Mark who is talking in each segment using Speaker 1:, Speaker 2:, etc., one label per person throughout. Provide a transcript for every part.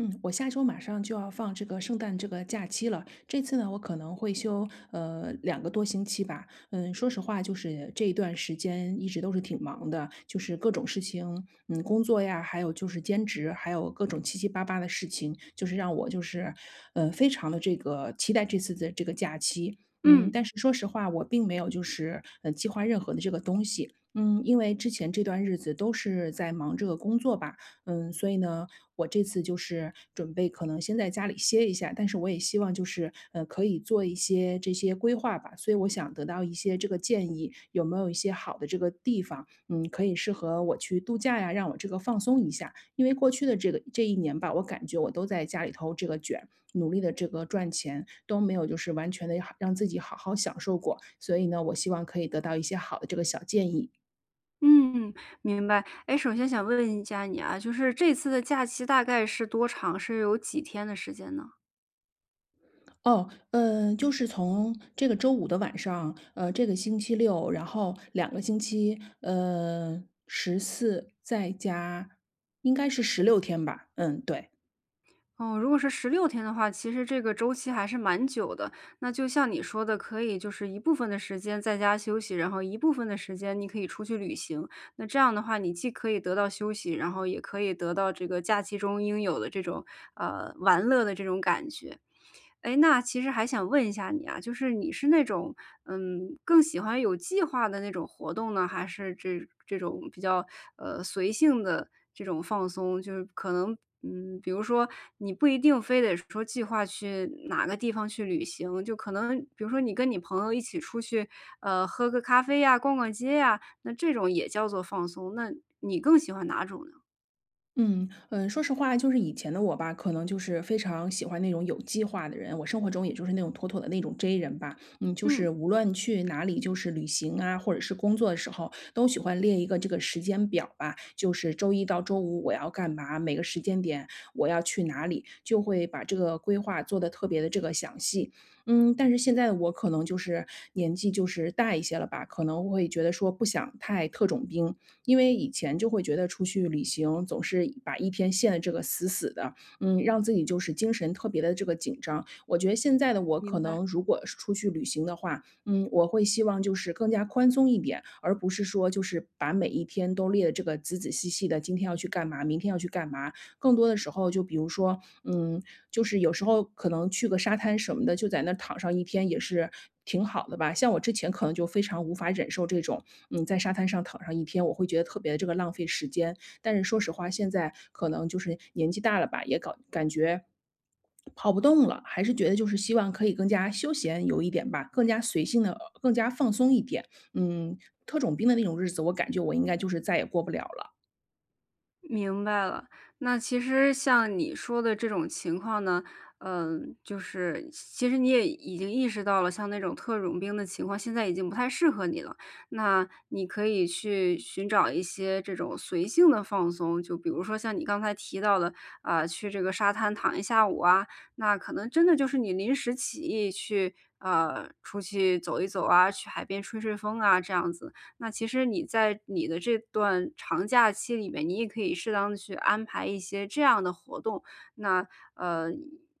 Speaker 1: 嗯，我下周马上就要放这个圣诞这个假期了，这次呢，我可能会休2个多星期吧。说实话，就是这一段时间一直都是挺忙的，就是各种事情，工作呀，还有就是兼职，还有各种七七八八的事情，就是让我就是，非常的这个期待这次的这个假期。嗯，
Speaker 2: 嗯，
Speaker 1: 但是说实话，我并没有就是计划任何的这个东西。嗯，因为之前这段日子都是在忙这个工作吧，所以呢，我这次就是准备可能先在家里歇一下，但是我也希望就是可以做一些这些规划吧，所以我想得到一些这个建议，有没有一些好的这个地方，可以适合我去度假呀，让我这个放松一下。因为过去的这个这一年吧，我感觉我都在家里头这个卷，努力的这个赚钱，都没有就是完全的让自己好好享受过，所以呢，我希望可以得到一些好的这个小建议。
Speaker 2: 嗯，明白。哎，首先想问一下你啊，就是这次的假期大概是多长？是有几天的时间呢？
Speaker 1: 哦，就是从这个周五的晚上，这个星期六，然后两个星期，14再加应该是16天吧，嗯，对。
Speaker 2: 哦，如果是十六天的话，其实这个周期还是蛮久的。那就像你说的，可以就是一部分的时间在家休息，然后一部分的时间你可以出去旅行。那这样的话，你既可以得到休息，然后也可以得到这个假期中应有的这种，玩乐的这种感觉。哎，那其实还想问一下你啊，就是你是那种，嗯，更喜欢有计划的那种活动呢，还是这种比较，随性的这种放松？就是可能，嗯，比如说你不一定非得说计划去哪个地方去旅行，就可能比如说你跟你朋友一起出去，喝个咖啡呀，逛逛街呀，那这种也叫做放松，那你更喜欢哪种呢？
Speaker 1: 嗯，说实话，就是以前的我吧，可能就是非常喜欢那种有计划的人。我生活中也就是那种妥妥的那种 J 人吧，就
Speaker 2: 嗯，
Speaker 1: 是无论去哪里，就是旅行啊，或者是工作的时候，都喜欢列一个这个时间表吧，就是周一到周五我要干嘛，每个时间点我要去哪里，就会把这个规划做的特别的这个详细。但是现在的我可能就是年纪就是大一些了吧，可能会觉得说不想太特种兵，因为以前就会觉得出去旅行总是把一天限得这个死死的，让自己就是精神特别的这个紧张。我觉得现在的我可
Speaker 2: 明白。
Speaker 1: 能如果是出去旅行的话，我会希望就是更加宽松一点，而不是说就是把每一天都列的这个仔仔细细的，今天要去干嘛，明天要去干嘛。更多的时候，就比如说，就是有时候可能去个沙滩什么的，就在那儿躺上一天也是挺好的吧。像我之前可能就非常无法忍受这种在沙滩上躺上一天，我会觉得特别地这个浪费时间。但是说实话，现在可能就是年纪大了吧，也搞感觉跑不动了，还是觉得就是希望可以更加休闲有一点吧，更加随性的，更加放松一点。嗯，特种兵的那种日子，我感觉我应该就是再也过不了了。
Speaker 2: 明白了，那其实像你说的这种情况呢，嗯，就是其实你也已经意识到了，像那种特种兵的情况，现在已经不太适合你了。那你可以去寻找一些这种随性的放松，就比如说像你刚才提到的，啊、去这个沙滩躺一下午啊，那可能真的就是你临时起意去，出去走一走啊，去海边吹吹风啊，这样子。那其实你在你的这段长假期里面，你也可以适当的去安排一些这样的活动。那，呃，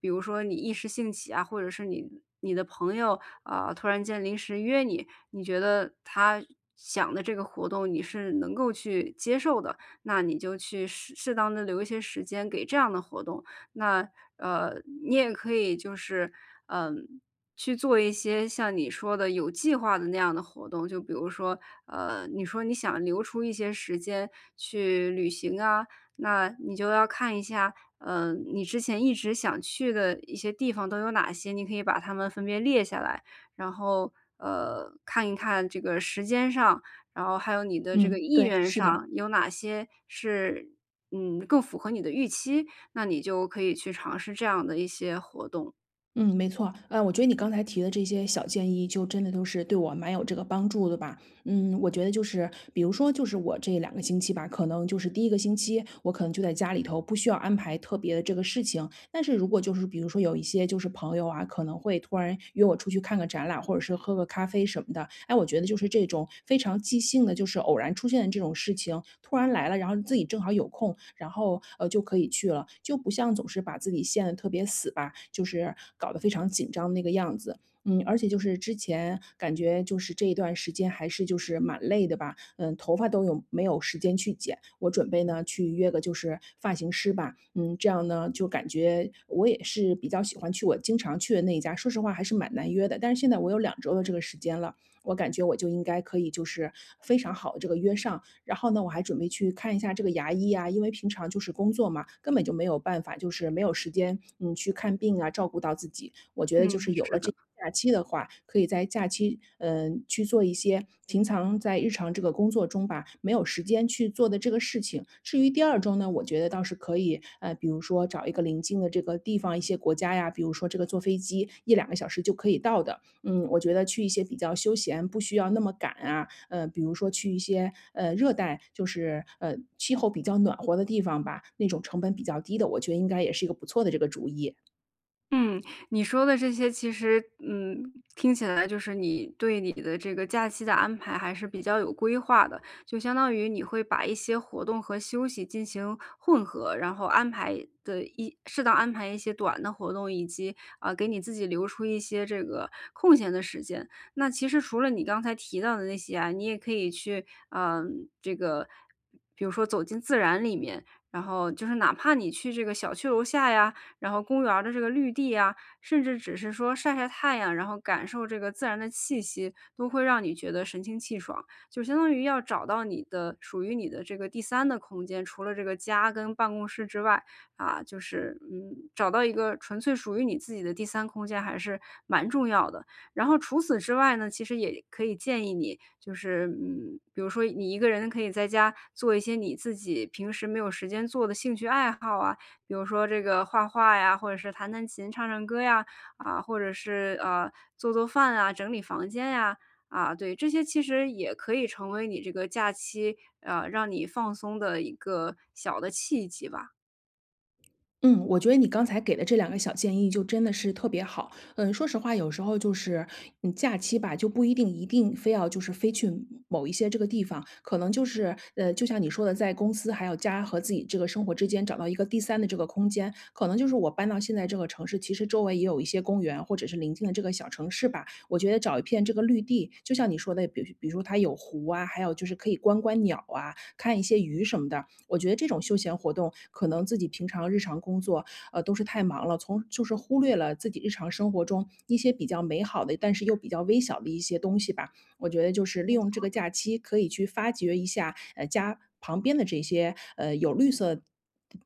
Speaker 2: 比如说你一时兴起啊，或者是你的朋友，啊，突然间临时约你，你觉得他想的这个活动你是能够去接受的，那你就去适当的留一些时间给这样的活动。那，呃，你也可以就是，嗯去做一些像你说的有计划的那样的活动，就比如说，呃，你说你想留出一些时间去旅行啊，那你就要看一下，呃，你之前一直想去的一些地方都有哪些，你可以把它们分别列下来，然后，呃，看一看这个时间上，然后还有你的这个
Speaker 1: 嗯，
Speaker 2: 意
Speaker 1: 对，
Speaker 2: 愿
Speaker 1: 是的。
Speaker 2: 上有哪些是，嗯，更符合你的预期，那你就可以去尝试这样的一些活动。
Speaker 1: 嗯，没错。我觉得你刚才提的这些小建议，就真的都是对我蛮有这个帮助的吧。我觉得就是，比如说，就是我这两个星期吧，可能就是第一个星期，我可能就在家里头，不需要安排特别的这个事情，但是如果就是比如说有一些就是朋友啊，可能会突然约我出去看个展览，或者是喝个咖啡什么的，哎，我觉得就是这种非常即兴的，就是偶然出现的这种事情，突然来了，然后自己正好有空，然后就可以去了，就不像总是把自己限得特别死吧，就是搞得非常紧张那个样子。而且就是之前感觉就是这一段时间还是就是蛮累的吧，头发都有没有时间去剪。我准备呢去约个就是发型师吧，这样呢就感觉我也是比较喜欢去我经常去的那一家，说实话还是蛮难约的。但是现在我有两周的这个时间了，我感觉我就应该可以就是非常好的这个约上，然后呢，我还准备去看一下这个牙医啊，因为平常就是工作嘛，根本就没有办法，就是没有时间，去看病啊，照顾到自己。我觉得就
Speaker 2: 嗯，
Speaker 1: 是有
Speaker 2: 是
Speaker 1: 了这
Speaker 2: 的。
Speaker 1: 假期的话，可以在假期，去做一些平常在日常这个工作中吧，没有时间去做的这个事情。至于第二周呢，我觉得倒是可以，比如说找一个临近的这个地方，一些国家呀，比如说这个坐飞机一两个小时就可以到的，我觉得去一些比较休闲，不需要那么赶啊，比如说去一些热带，就是气候比较暖和的地方吧，那种成本比较低的，我觉得应该也是一个不错的这个主意。
Speaker 2: 嗯，你说的这些其实，嗯，听起来就是你对你的这个假期的安排还是比较有规划的，就相当于你会把一些活动和休息进行混合，然后安排的适当安排一些短的活动，以及啊、给你自己留出一些这个空闲的时间。那其实除了你刚才提到的那些啊，你也可以去，嗯、这个比如说走进自然里面，然后就是哪怕你去这个小区楼下呀。然后公园儿的这个绿地啊，甚至只是说晒晒太阳，然后感受这个自然的气息，都会让你觉得神清气爽。就相当于要找到你的属于你的这个第三的空间，除了这个家跟办公室之外，啊，就是嗯，找到一个纯粹属于你自己的第三空间还是蛮重要的。然后除此之外呢，其实也可以建议你，就是嗯，比如说你一个人可以在家做一些你自己平时没有时间做的兴趣爱好啊，比如说这个画画呀，或者是弹弹琴、唱唱歌呀，啊，或者是做做饭啊、整理房间呀，啊，对，这些其实也可以成为你这个假期让你放松的一个小的契机吧。
Speaker 1: 嗯，我觉得你刚才给的这两个小建议就真的是特别好。嗯，说实话，有时候就是假期吧，就不一定一定非要就是飞去某一些这个地方，可能就是就像你说的，在公司还有家和自己这个生活之间找到一个第三的这个空间，可能就是我搬到现在这个城市，其实周围也有一些公园或者是邻近的这个小城市吧。我觉得找一片这个绿地，就像你说的，比如它有湖啊，还有就是可以观观鸟啊，看一些鱼什么的。我觉得这种休闲活动，可能自己平常日常工作，都是太忙了，从就是忽略了自己日常生活中一些比较美好的，但是又比较微小的一些东西吧。我觉得就是利用这个假期，可以去发掘一下，家旁边的这些有绿色。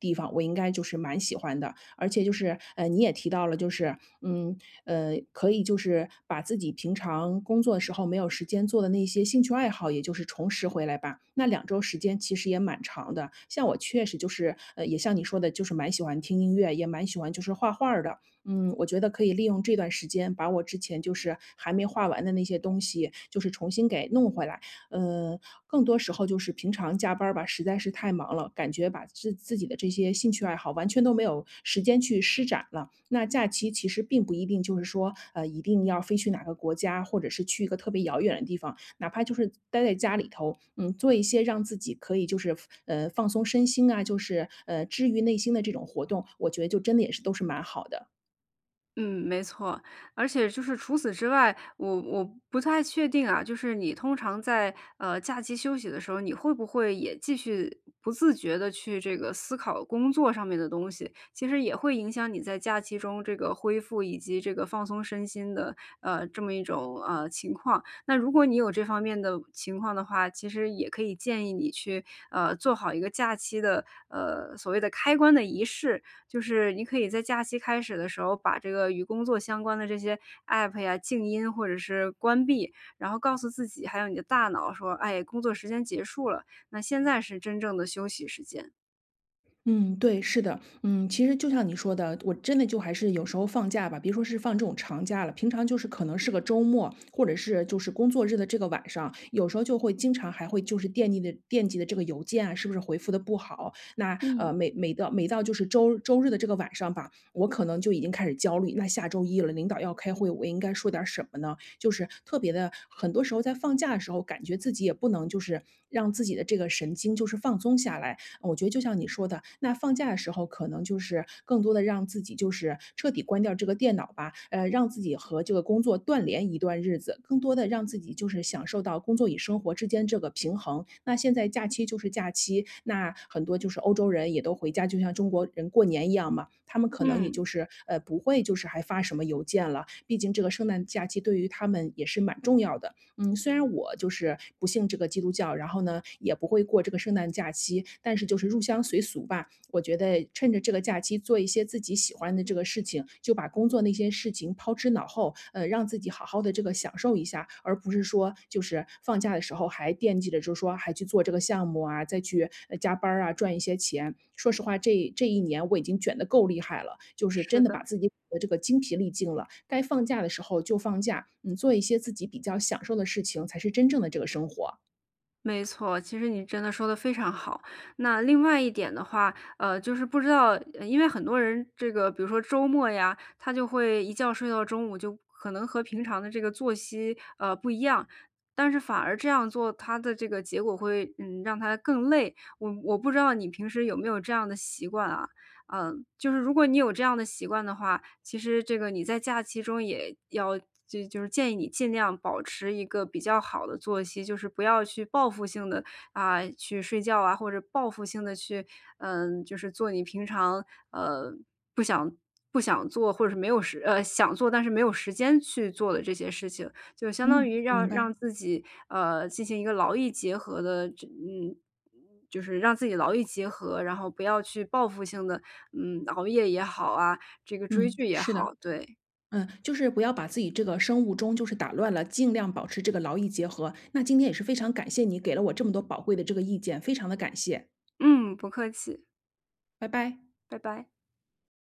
Speaker 1: 地方我应该就是蛮喜欢的，而且就是你也提到了，就是嗯，可以就是把自己平常工作的时候没有时间做的那些兴趣爱好，也就是重拾回来吧。那2周时间其实也蛮长的，像我确实就是，也像你说的，就是蛮喜欢听音乐，也蛮喜欢就是画画儿的。我觉得可以利用这段时间，把我之前就是还没画完的那些东西，就是重新给弄回来。呃，更多时候就是平常加班儿吧，实在是太忙了，感觉把自己的这些兴趣爱好完全都没有时间去施展了。那假期其实并不一定就是说，一定要飞去哪个国家，或者是去一个特别遥远的地方，哪怕就是待在家里头，做一些让自己可以就是放松身心啊，就是治愈内心的这种活动，我觉得就真的也是都是蛮好的。
Speaker 2: 嗯，没错，而且就是除此之外，我不太确定啊，就是你通常在假期休息的时候，你会不会也继续不自觉的去这个思考工作上面的东西，其实也会影响你在假期中这个恢复以及这个放松身心的这么一种情况。那如果你有这方面的情况的话，其实也可以建议你去做好一个假期的所谓的开关的仪式，就是你可以在假期开始的时候，把这个与工作相关的这些 App 呀，静音或者是关闭，然后告诉自己还有你的大脑说：“哎，工作时间结束了，那现在是真正的休息时间。”
Speaker 1: 嗯，对，是的，其实就像你说的，我真的就还是有时候放假吧，别说是放这种长假了，平常就是可能是个周末，或者是就是工作日的这个晚上，有时候就会经常还会就是惦记的这个邮件啊，是不是回复的不好？那
Speaker 2: 嗯，
Speaker 1: 每到就是周日的这个晚上吧，我可能就已经开始焦虑，那下周一了，领导要开会，我应该说点什么呢？就是特别的，很多时候在放假的时候，感觉自己也不能就是让自己的这个神经就是放松下来，我觉得就像你说的，那放假的时候可能就是更多的让自己就是彻底关掉这个电脑吧，让自己和这个工作断联一段日子，更多的让自己就是享受到工作与生活之间这个平衡。那现在假期就是假期，那很多就是欧洲人也都回家，就像中国人过年一样嘛，他们可能也
Speaker 2: 嗯，
Speaker 1: 就是，不会就是还发什么邮件了，毕竟这个圣诞假期对于他们也是蛮重要的。虽然我就是不信这个基督教，然后呢，也不会过这个圣诞假期，但是就是入乡随俗吧。我觉得趁着这个假期做一些自己喜欢的这个事情，就把工作那些事情抛之脑后，让自己好好的这个享受一下，而不是说就是放假的时候还惦记着就是说还去做这个项目啊，再去，加班儿啊，赚一些钱。说实话，这一年我已经卷得够厉害了，就是
Speaker 2: 是
Speaker 1: 真的把
Speaker 2: 的。
Speaker 1: 自己的这个精疲力尽了，该放假的时候就放假，做一些自己比较享受的事情才是真正的这个生活。
Speaker 2: 没错，其实你真的说的非常好。那另外一点的话，呃，就是不知道，因为很多人这个，比如说周末呀，他就会一觉睡到中午，就可能和平常的这个作息，呃，不一样。但是反而这样做，他的这个结果会，嗯，让他更累。我不知道你平时有没有这样的习惯啊？嗯，就是如果你有这样的习惯的话，其实这个你在假期中也要就是建议你尽量保持一个比较好的作息，就是不要去报复性的啊，去睡觉啊，或者报复性的去，嗯，就是做你平常，呃，不想不想做，或者是没有时呃，想做但是没有时间去做的这些事情，就相当于
Speaker 1: 嗯，明
Speaker 2: 让
Speaker 1: 白，
Speaker 2: 让自己，呃，进行一个劳逸结合的就是让自己劳逸结合，然后不要去报复性的。嗯，熬夜也好啊，这个追
Speaker 1: 嗯，
Speaker 2: 剧也
Speaker 1: 是的。
Speaker 2: 好，对。
Speaker 1: 就是不要把自己这个生物钟就是打乱了，尽量保持这个劳逸结合。那今天也是非常感谢你给了我这么多宝贵的这个意见，非常的感谢，
Speaker 2: 嗯，不客气，
Speaker 1: 拜拜。
Speaker 2: 拜拜。